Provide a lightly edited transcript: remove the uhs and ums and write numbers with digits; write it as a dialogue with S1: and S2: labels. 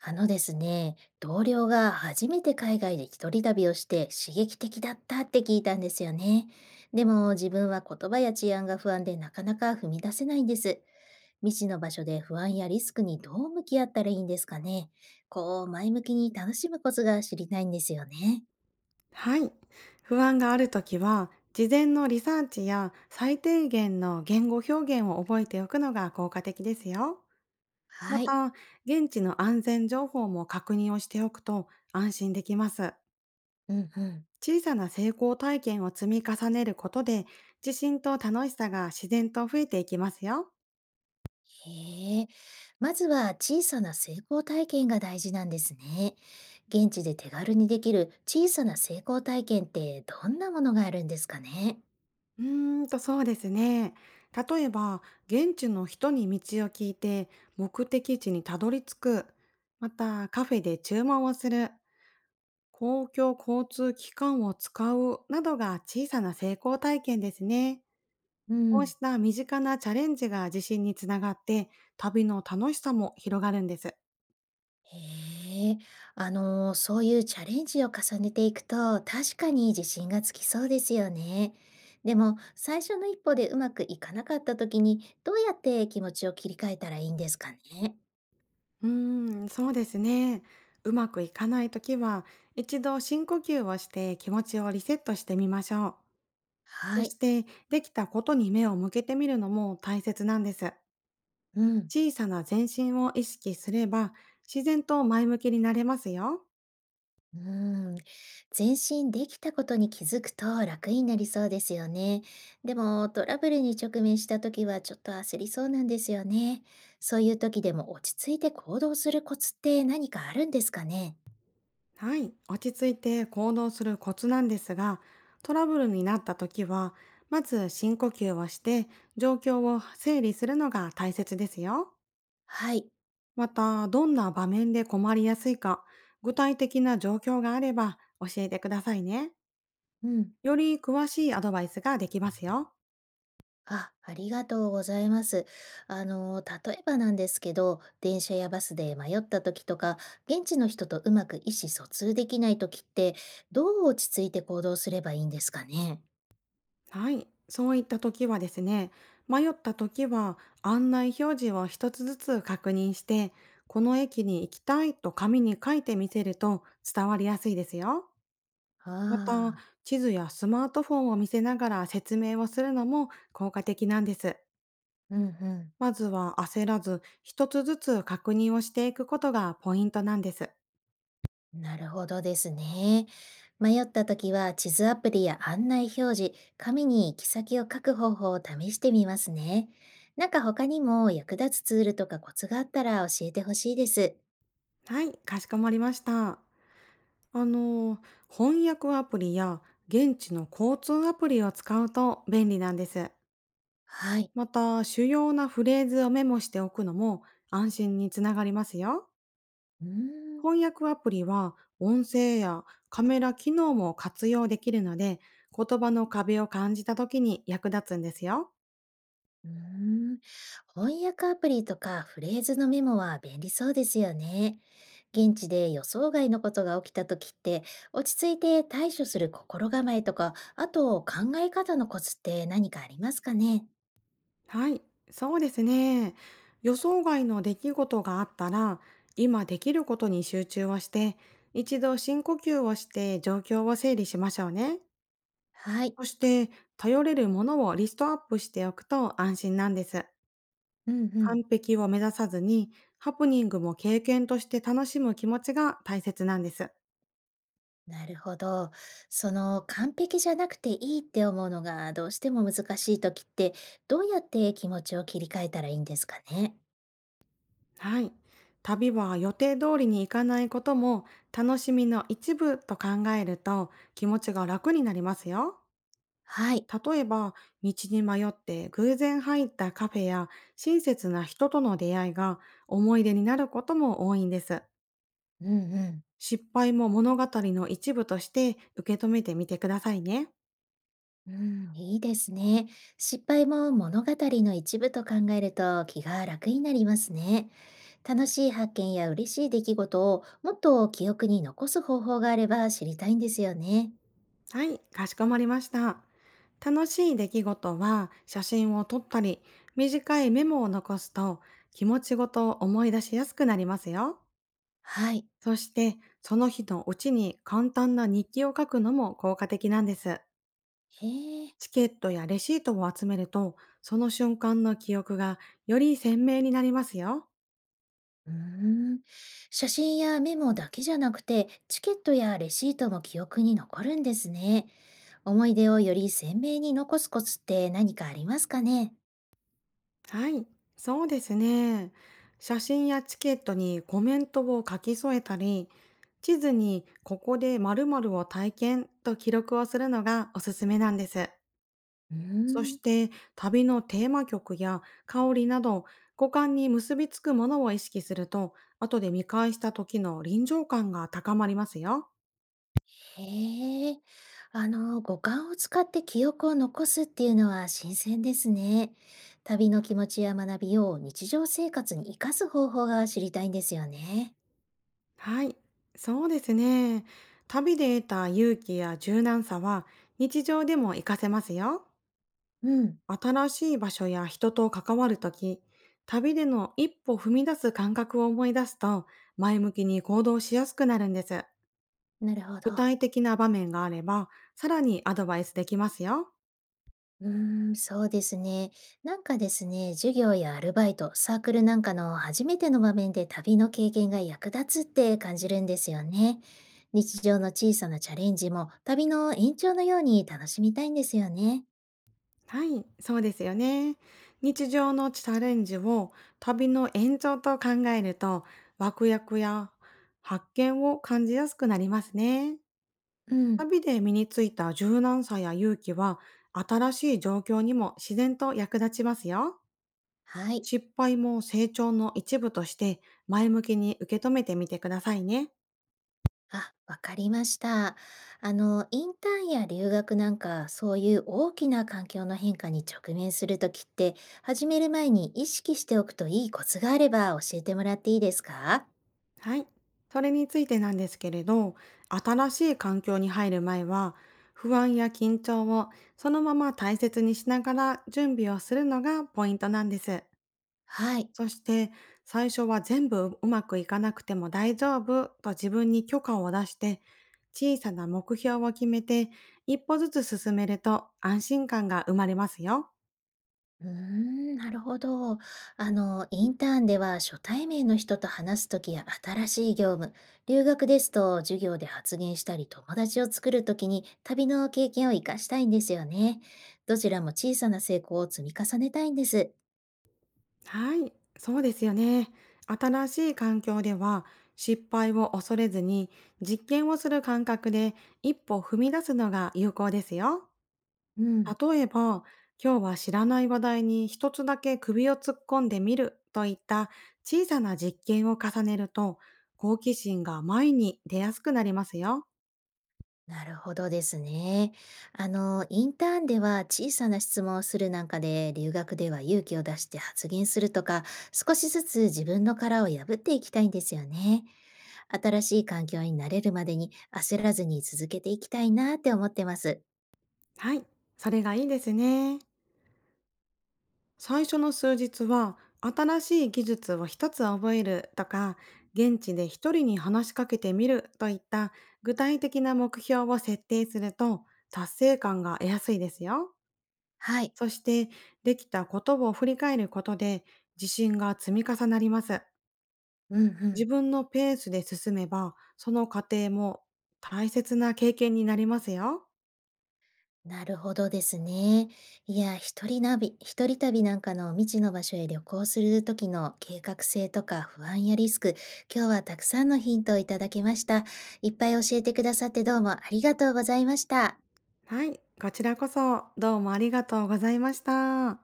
S1: あのですね、同僚が初めて海外で一人旅をして刺激的だったって聞いたんですよね。でも自分は言葉や治安が不安でなかなか踏み出せないんです。未知の場所で不安やリスクにどう向き合ったらいいんですかね。こう前向きに楽しむコツが知りたいんですよね。
S2: はい。不安があるときは、事前のリサーチや最低限の言語表現を覚えておくのが効果的ですよ。ま
S1: はい。
S2: た、現地の安全情報も確認をしておくと安心できます。
S1: うんうん。
S2: 小さな成功体験を積み重ねることで、自信と楽しさが自然と増えていきますよ。
S1: へえ、まずは小さな成功体験が大事なんですね。現地で手軽にできる小さな成功体験ってどんなものがあるんですかね。
S2: うーそうですね。例えば、現地の人に道を聞いて目的地にたどり着く。また、カフェで注文をする。公共交通機関を使うなどが小さな成功体験ですね。
S1: う
S2: こう
S1: ん、
S2: した身近なチャレンジが自信につながって、旅の楽しさも広がるんです。
S1: へえ、あの、そういうチャレンジを重ねていくと確かに自信がつきそうですよね。でも最初の一歩でうまくいかなかった時にどうやって気持ちを切り替えたらいいんですかね。
S2: うーん、そうですね。うまくいかないときは、一度深呼吸をして気持ちをリセットしてみましょう。
S1: は
S2: そ
S1: い。
S2: して、できたことに目を向けてみるのも大切なんです。
S1: うん。
S2: 小さな前進を意識すれば、自然と前向きになれますよ。
S1: うーん、前進できたことに気づくと楽になりそうですよね。でもトラブルに直面した時はちょっと焦りそうなんですよね。そういう時でも落ち着いて行動するコツって何かあるんですかね。
S2: はい、落ち着いて行動するコツなんですが、トラブルになった時は、まず深呼吸をして状況を整理するのが大切ですよ。
S1: はい。
S2: また、どんな場面で困りやすいか、具体的な状況があれば教えてくださいね。
S1: うん。
S2: より詳しいアドバイスができますよ。
S1: あ、ありがとうございます。あの、例えばなんですけど、電車やバスで迷った時とか、現地の人とうまく意思疎通できない時って、どう落ち着いて行動すればいいんですかね。
S2: はい、そういった時はですね、迷った時は案内表示を一つずつ確認して、この駅に行きたいと紙に書いてみせると伝わりやすいですよ。また、
S1: ああ
S2: 地図やスマートフォンを見せながら説明をするのも効果的なんです。
S1: ー、うんうん。
S2: まずは焦らず、一つずつ確認をしていくことがポイントなんです。
S1: なるほどですね。迷った時は地図アプリや案内表示、紙に行き先を書く方法を試してみますね。なんか他にも役立つツールとかコツがあったら教えてほしいです。
S2: はい、かしこまりました。あの翻訳アプリや現地の交通アプリを使うと便利なんです。
S1: はい。
S2: また、主要なフレーズをメモしておくのも安心につながりますよ。
S1: うーん、
S2: 翻訳アプリは音声やカメラ機能も活用できるので、言葉の壁を感じた時に役立つんですよ。
S1: うーん。翻訳アプリとかフレーズのメモは便利そうですよね。現地で予想外のことが起きた時って落ち着いて対処する心構えとか、あと考え方のコツって何かありますかね。
S2: はい、そうですね。予想外の出来事があったら、今できることに集中をして、一度深呼吸をして状況を整理しましょうね。
S1: はい。
S2: そして、頼れるものをリストアップしておくと安心なんです。
S1: うんう
S2: 完
S1: ん。
S2: 璧を目指さずに、ハプニングも経験として楽しむ気持ちが大切なんです。
S1: なるほど。その完璧じゃなくていいって思うのがどうしても難しい時ってどうやって気持ちを切り替えたらいいんですかね。
S2: はい。旅は予定通りに行かないことも楽しみの一部と考えると気持ちが楽になりますよ。
S1: はい。
S2: 例えば、道に迷って偶然入ったカフェや親切な人との出会いが思い出になることも多いんです。
S1: うんうん。
S2: 失敗も物語の一部として受け止めてみてくださいね。
S1: うん、いいですね。失敗も物語の一部と考えると気が楽になりますね。楽しい発見や嬉しい出来事をもっと記憶に残す方法があれば知りたいんですよね。
S2: はい、かしこまりました。楽しい出来事は写真を撮ったり、短いメモを残すと気持ちごとを思い出しやすくなりますよ。
S1: はい。
S2: そして、その日のうちに簡単な日記を書くのも効果的なんです。
S1: へえ。
S2: チケットやレシートを集めると、その瞬間の記憶がより鮮明になりますよ。
S1: うーん、写真やメモだけじゃなくて、チケットやレシートも記憶に残るんですね。思い出をより鮮明に残すコツって何かありますかね。
S2: はい、そうですね。写真やチケットにコメントを書き添えたり、地図にここで〇〇を体験と記録をするのがおすすめなんです。
S1: うー
S2: そし
S1: ん、
S2: て、旅のテーマ曲や香りなど五感に結びつくものを意識すると、後で見返した時の臨場感が高まりますよ。
S1: へえ。あの、五感を使って記憶を残すっていうのは新鮮ですね。旅の気持ちや学びを日常生活に生かす方法が知りたいんですよね。
S2: はい、そうですね。旅で得た勇気や柔軟さは日常でも活かせますよ。
S1: うん、
S2: 新しい場所や人と関わるとき、旅での一歩踏み出す感覚を思い出すと、前向きに行動しやすくなるんです。
S1: なるほ
S2: 具
S1: ど。
S2: 体的な場面があれば、さらにアドバイスできますよ。
S1: うーん、そうですね。なんかですね、授業やアルバイト、サークルなんかの初めての場面で旅の経験が役立つって感じるんですよね。日常の小さなチャレンジも旅の延長のように楽しみたいんですよね。
S2: はい、そうですよね。日常のチャレンジを旅の延長と考えると、ワクワクや発見を感じやすくなりますね。
S1: うん。
S2: 旅で身についた柔軟さや勇気は、新しい状況にも自然と役立ちますよ。
S1: はい。
S2: 失敗も成長の一部として前向きに受け止めてみてくださいね。
S1: あ、わかりました。あの、インターンや留学なんか、そういう大きな環境の変化に直面するときって、始める前に意識しておくといいコツがあれば教えてもらっていいですか。
S2: はい。それについてなんですけれど、新しい環境に入る前は、不安や緊張をそのまま大切にしながら準備をするのがポイントなんです。
S1: はい。
S2: そして、最初は全部うまくいかなくても大丈夫と自分に許可を出して、小さな目標を決めて一歩ずつ進めると安心感が生まれますよ。
S1: うーん、なるほど。あの、インターンでは初対面の人と話すときや新しい業務、留学ですと授業で発言したり友達を作るときに旅の経験を活かしたいんですよね。どちらも小さな成功を積み重ねたいんです。
S2: はい、そうですよね。新しい環境では失敗を恐れずに実験をする感覚で一歩踏み出すのが有効ですよ。
S1: うん、
S2: 例えば、今日は知らない話題に一つだけ首を突っ込んでみるといった小さな実験を重ねると好奇心が前に出やすくなりますよ。
S1: なるほどですね。あの、インターンでは小さな質問をするなんかで、留学では勇気を出して発言するとか、少しずつ自分の殻を破っていきたいんですよね。新しい環境に慣れるまでに焦らずに続けていきたいなって思ってます。
S2: はい、それがいいですね。最初の数日は新しい技術を一つ覚えるとか現地で一人に話しかけてみるといった具体的な目標を設定すると達成感が得やすいですよ。
S1: はい。
S2: そして、できたことを振り返ることで自信が積み重なります。
S1: うんう
S2: 自
S1: ん。
S2: 分のペースで進めばその過程も大切な経験になりますよ。
S1: なるほどですね。いや、一人ナビ、一人旅なんかの未知の場所へ旅行するときの計画性とか不安やリスク、今日はたくさんのヒントをいただきました。いっぱい教えてくださってどうもありがとうございました。
S2: はい、こちらこそどうもありがとうございました。